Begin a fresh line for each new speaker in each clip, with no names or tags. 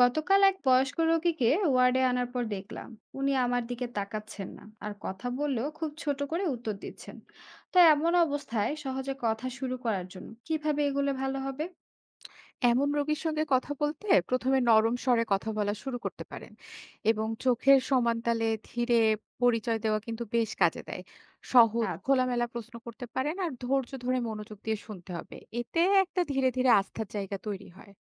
গতকাল এক বয়স্ক রোগীকে ওয়ার্ডে আনার পর দেখলাম উনি আমার দিকে তাকাচ্ছেন না আর কথা বললেও খুব ছোট করে উত্তর দিচ্ছেন। তো এমন অবস্থায় সহজে কথা শুরু করার জন্য কিভাবে এগুলো ভালো হবে?
এমন রোগীর সঙ্গে কথা বলতে প্রথমে নরম স্বরে কথা বলা শুরু করতে পারেন এবং চোখের সমান তালে ধীরে পরিচয় দেওয়া কিন্তু বেশ কাজে দেয়। সহজ
আচ্ছা।
খোলামেলা প্রশ্ন করতে পারেন আর ধৈর্য ধরে মনোযোগ দিয়ে শুনতে হবে, এতে একটা ধীরে ধীরে আস্থার জায়গা তৈরি হয়।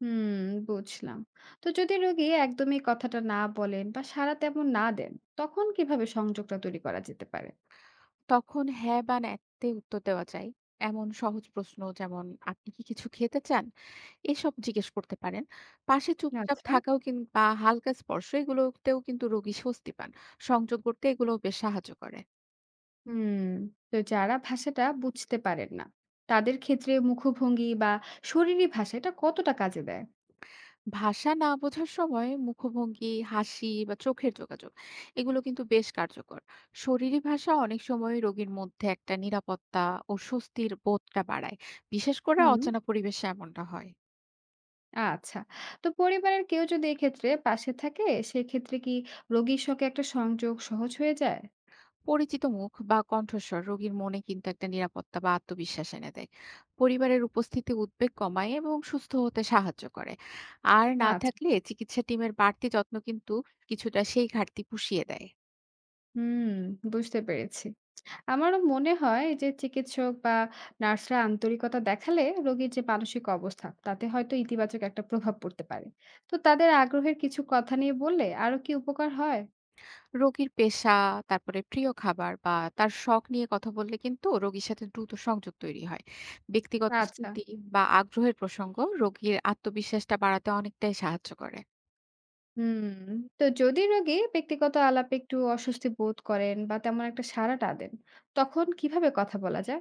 হুম। বুঝলাম। তো যদি রোগী একদমই কথাটা না বলেন বা সাড়া তেমন না দেন, তখন কিভাবে সংযোগটা তৈরি করা যেতে পারে?
তখন হ্যাঁ বা ন্যাতে উত্তর দেওয়া যায় এমন সহজ প্রশ্ন, যেমন আপনি কি কিছু খেতে চান, এসব জিজ্ঞেস করতে পারেন। পাশে চুপচাপ
আচ্ছা।
থাকাও কিংবা হালকা স্পর্শ, এগুলোতেও কিন্তু রোগী স্বস্তি পান। সংযোগ করতে এগুলো বেশ সাহায্য করে।
হুম। তো যারা ভাষাটা বুঝতে পারেন না, তাদের ক্ষেত্রে মুখভঙ্গি বা শরীরী ভাষা এটা কতটা কাজে দেয়?
ভাষা না বোঝার সময় মুখভঙ্গি, হাসি বা চোখের যোগাযোগ, এগুলো কিন্তু বেশ কার্যকর। শরীরী ভাষা অনেক সময় রোগীর মধ্যে একটা নিরাপত্তা ও স্বস্তির বোধটা বাড়ায়, বিশেষ করে
হুম।
অচেনা পরিবেশে এমনটা হয়।
আচ্ছা। তো পরিবারের কেউ যদি এক্ষেত্রে পাশে থাকে, সেক্ষেত্রে কি রোগীর সঙ্গে একটা সংযোগ সহজ হয়ে যায়?
পরিচিত মুখ বা কণ্ঠস্বর রোগীর মনে কিন্তু একটা নিরাপত্তা বা আত্মবিশ্বাস এনে দেয়। পরিবারের উপস্থিতি উদ্বেগ কমায় এবং সুস্থ হতে সাহায্য করে। আর না
আচ্ছা।
থাকলে চিকিৎসা টিমের বাড়তি যত্ন কিন্তু কিছুটা সেই ঘাটতি পুষিয়ে দেয়।
হুম, বুঝতে পেরেছি। আমারও মনে হয় যে চিকিৎসক বা নার্সরা আন্তরিকতা দেখালে রোগীর যে মানসিক অবস্থা, তাতে হয়তো ইতিবাচক একটা প্রভাব পড়তে পারে। তো তাদের আগ্রহের কিছু কথা নিয়ে বললে আরো কি উপকার হয়?
রোগীর পেশা, তারপরে প্রিয় খাবার বা তার শখ নিয়ে কথা বললে কিন্তু রোগীর সাথে দ্রুত সংযোগ তৈরি হয়। ব্যক্তিগত
আচ্ছা।
স্মৃতি বা আগ্রহের প্রসঙ্গ রোগীর আত্মবিশ্বাসটা বাড়াতে অনেকটাই সাহায্য করে।
হুম। তো যদি রোগী ব্যক্তিগত আলাপে একটু অস্বস্তি বোধ করেন বা তেমন একটা সাড়া না দেন, তখন কিভাবে কথা বলা যায়?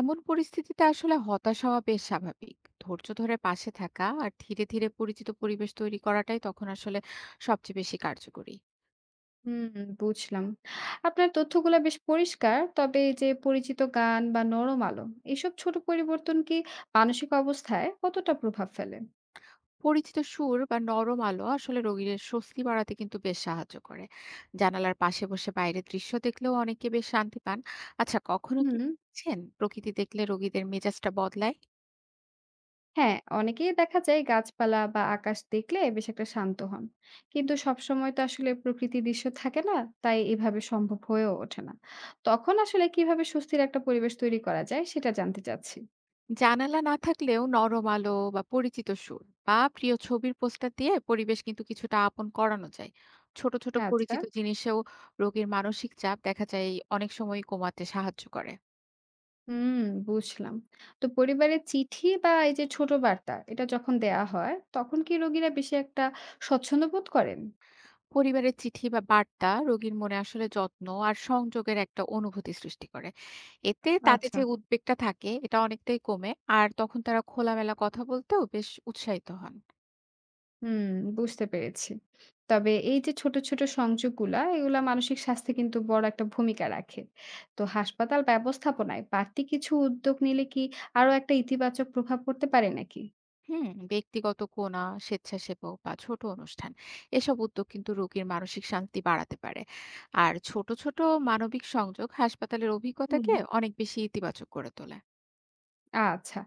এমন পরিস্থিতিতে আসলে হতাশ হওয়া বেশ স্বাভাবিক। ধৈর্য ধরে পাশে থাকা আর ধীরে ধীরে পরিচিত পরিবেশ তৈরি করাটাই তখন আসলে সবচেয়ে বেশি কার্যকরী।
হুম, বুঝলাম। আপনার তথ্যগুলা বেশ পরিষ্কার। তবে এই যে পরিচিত গান বা নরম আলো, এসব ছোট পরিবর্তন কি মানসিক অবস্থায় কতটা প্রভাব ফেলে?
পরিচিত সুর বা নরম আলো আসলে রোগীদের স্বস্তি বাড়াতে কিন্তু বেশ সাহায্য করে। জানালার পাশে বসে বাইরের দৃশ্য দেখলেও অনেকে বেশ শান্তি পান। আচ্ছা, কখনো কি
হুম,
দেখেছেন প্রকৃতি দেখলে রোগীদের মেজাজটা বদলায়?
হ্যাঁ, অনেকেই দেখা যায় গাছপালা বা আকাশ দেখলে বেশ একটা শান্ত হন। কিন্তু সবসময় তো আসলে প্রকৃতির দৃশ্য থাকে না, তাই এভাবে সম্ভব হয়েও ওঠে না। তখন আসলে কিভাবে স্বস্তির একটা পরিবেশ তৈরি করা যায় সেটা জানতে চাচ্ছি।
জানালা না থাকলেও নরম আলো বা পরিচিত সুর বা প্রিয় ছবির পোস্টার দিয়ে পরিবেশ কিন্তু কিছুটা আপন করানো যায়। ছোট ছোট
আচ্ছা।
পরিচিত জিনিসেও রোগীর মানসিক চাপ দেখা যায় অনেক সময় কমাতে সাহায্য করে।
হুম, বুঝলাম। তো পরিবারে চিঠি বা এই যে ছোট বার্তা এটা যখন দেয়া হয়, তখন কি রোগীরা বেশি একটা স্বচ্ছন্দ্য বোধ করেন?
পরিবারের চিঠি বা বার্তা রোগীর মনে আসলে যত্ন আর সংযোগের একটা অনুভূতি সৃষ্টি করে। এতে তাদের
আচ্ছা,
যে উদ্বেগটা থাকে এটা অনেকটাই কমে, আর তখন তারা খোলামেলা কথা বলতেও বেশ উৎসাহিত হন।
হুম, বুঝতে পেরেছি। তবে এই যে ছোট, ছোট সংযোগগুলা, এগুলা মানসিক স্বাস্থ্যে কিন্তু বড় একটা ভূমিকা রাখে। তো হাসপাতাল ব্যবস্থাপনায় বাড়তি কিছু উদ্যোগ নিলে কি আরো একটা ইতিবাচক প্রভাব পড়তে পারে নাকি?
হুম, ব্যক্তিগত কোনা, স্বেচ্ছাসেবক বা ছোট অনুষ্ঠান, এসব উদ্যোগ কিন্তু রোগীর মানসিক শান্তি বাড়াতে পারে। আর ছোট, ছোট মানবিক সংযোগ হাসপাতালের
হুম।
অভিজ্ঞতাকে অনেক বেশি ইতিবাচক করে তোলে।
আচ্ছা।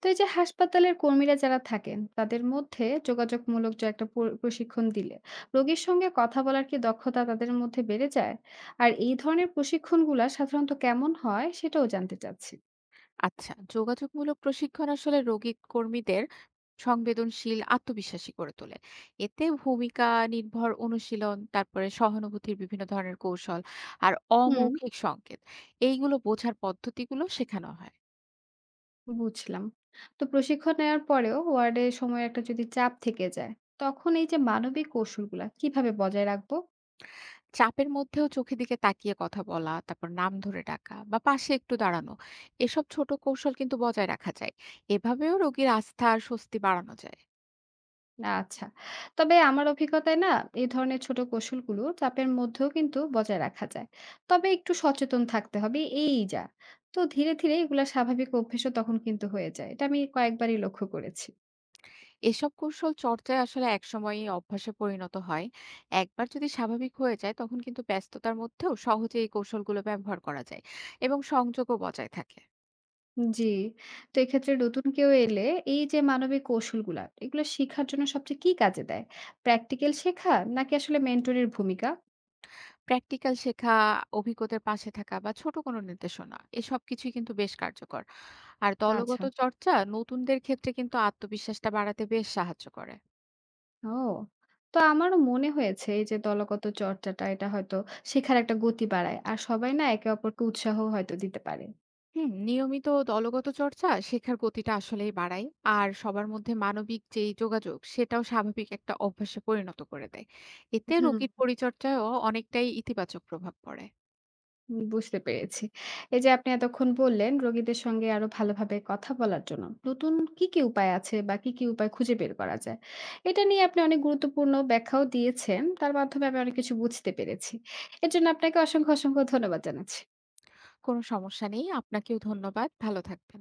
তো এই যে হাসপাতালের কর্মীরা যারা থাকেন, তাদের মধ্যে যোগাযোগমূলক যে একটা প্রশিক্ষণ দিলে, রোগীর সঙ্গে কথা বলার কি দক্ষতা তাদের মধ্যে বেড়ে যায়? আর এই ধরনের প্রশিক্ষণগুলা সাধারণত কেমন হয় সেটাও জানতে চাচ্ছি।
আচ্ছা, যোগাযোগমূলক প্রশিক্ষণ আসলে রোগী কর্মীদের সংবেদনশীল আত্মবিশ্বাসী করে তোলে। এতে ভূমিকা নির্ভর অনুশীলন, তারপরে সহানুভূতির বিভিন্ন ধরনের কৌশল আর
হুম।
অমৌখিক সংকেত, এইগুলো বোঝার পদ্ধতিগুলো শেখানো হয়।
বুঝলাম। তো প্রশিক্ষণ নেওয়ার পরেও ওয়ার্ডে সময়ের একটা যদি চাপ থেকে যায়, তখন এই যে মানবিক কৌশলগুলা কিভাবে বজায় রাখবো?
চাপের মধ্যেও চোখের দিকে তাকিয়ে কথা বলা, তারপর নাম ধরে ডাকা বা পাশে একটু দাঁড়ানো, এসব ছোট কৌশল কিন্তু বজায় রাখা যায়। এভাবেও রোগীর আস্থা আর স্বস্তি বাড়ানো যায়।
আচ্ছা। তবে আমার অভিজ্ঞতায় না, এই ধরনের ছোট কৌশলগুলো চাপের মধ্যেও কিন্তু বজায় রাখা যায়। তবে একটু সচেতন থাকতে হবে এই যা। তো ধীরে, ধীরে এগুলা স্বাভাবিক অভ্যেসও তখন কিন্তু হয়ে যায়। এটা আমি কয়েকবারই লক্ষ্য করেছি।
এসব কৌশল চর্চায় আসলে একসময়ই অভ্যাসে পরিণত হয়। একবার যদি স্বাভাবিক হয়ে যায় তখন কিন্তু ব্যস্ততার মধ্যেও সহজে এই কৌশলগুলো ব্যবহার করা যায় এবং সংযোগও বজায় থাকে।
জি। তো এক্ষেত্রে নতুন কেউ এলে এই যে মানবিক কৌশলগুলা, এগুলো শেখার জন্য সবচেয়ে কি কাজে দেয়? প্র্যাকটিক্যাল শেখা নাকি আসলে মেন্টরের ভূমিকা?
প্র্যাকটিক্যাল শেখা, অভিজ্ঞতার পাশে থাকা বা ছোট কোনো নির্দেশনা, এসব কিছুই কিন্তু বেশ কার্যকর। আর
আচ্ছা।
দলগত চর্চা নতুনদের ক্ষেত্রে কিন্তু আত্মবিশ্বাসটা বাড়াতে বেশ সাহায্য করে।
ও! তো আমারও মনে হয়েছে এই যে দলগত চর্চাটা এটা হয়তো শেখার একটা গতি বাড়ায়। আর সবাই না একে অপরকে উৎসাহ হয়তো দিতে পারে।
হুম, নিয়মিত দলগত চর্চা শেখার গতিটা আসলেই বাড়ায়, আর সবার মধ্যে মানবিক যেই যোগাযোগ সেটাও স্বাভাবিক একটা অভ্যাসে পরিণত করে দেয়। এতে
হুম।
রোগীর পরিচর্যায়ও অনেকটাই ইতিবাচক প্রভাব পড়ে।
হুম, বুঝতে পেরেছি। এই যে আপনি এতক্ষণ বললেন রোগীদের সঙ্গে আরো ভালোভাবে কথা বলার জন্য নতুন কি, কি উপায় আছে বা কি, কি উপায় খুঁজে বের করা যায়? এটা নিয়ে আপনি অনেক গুরুত্বপূর্ণ ব্যাখ্যাও দিয়েছেন। তার মাধ্যমে আমি অনেক কিছু বুঝতে পেরেছি। এর জন্য আপনাকে অসংখ্য, অসংখ্য ধন্যবাদ জানাচ্ছি।
কোনো সমস্যা নেই, আপনাকেও ধন্যবাদ। ভালো থাকবেন।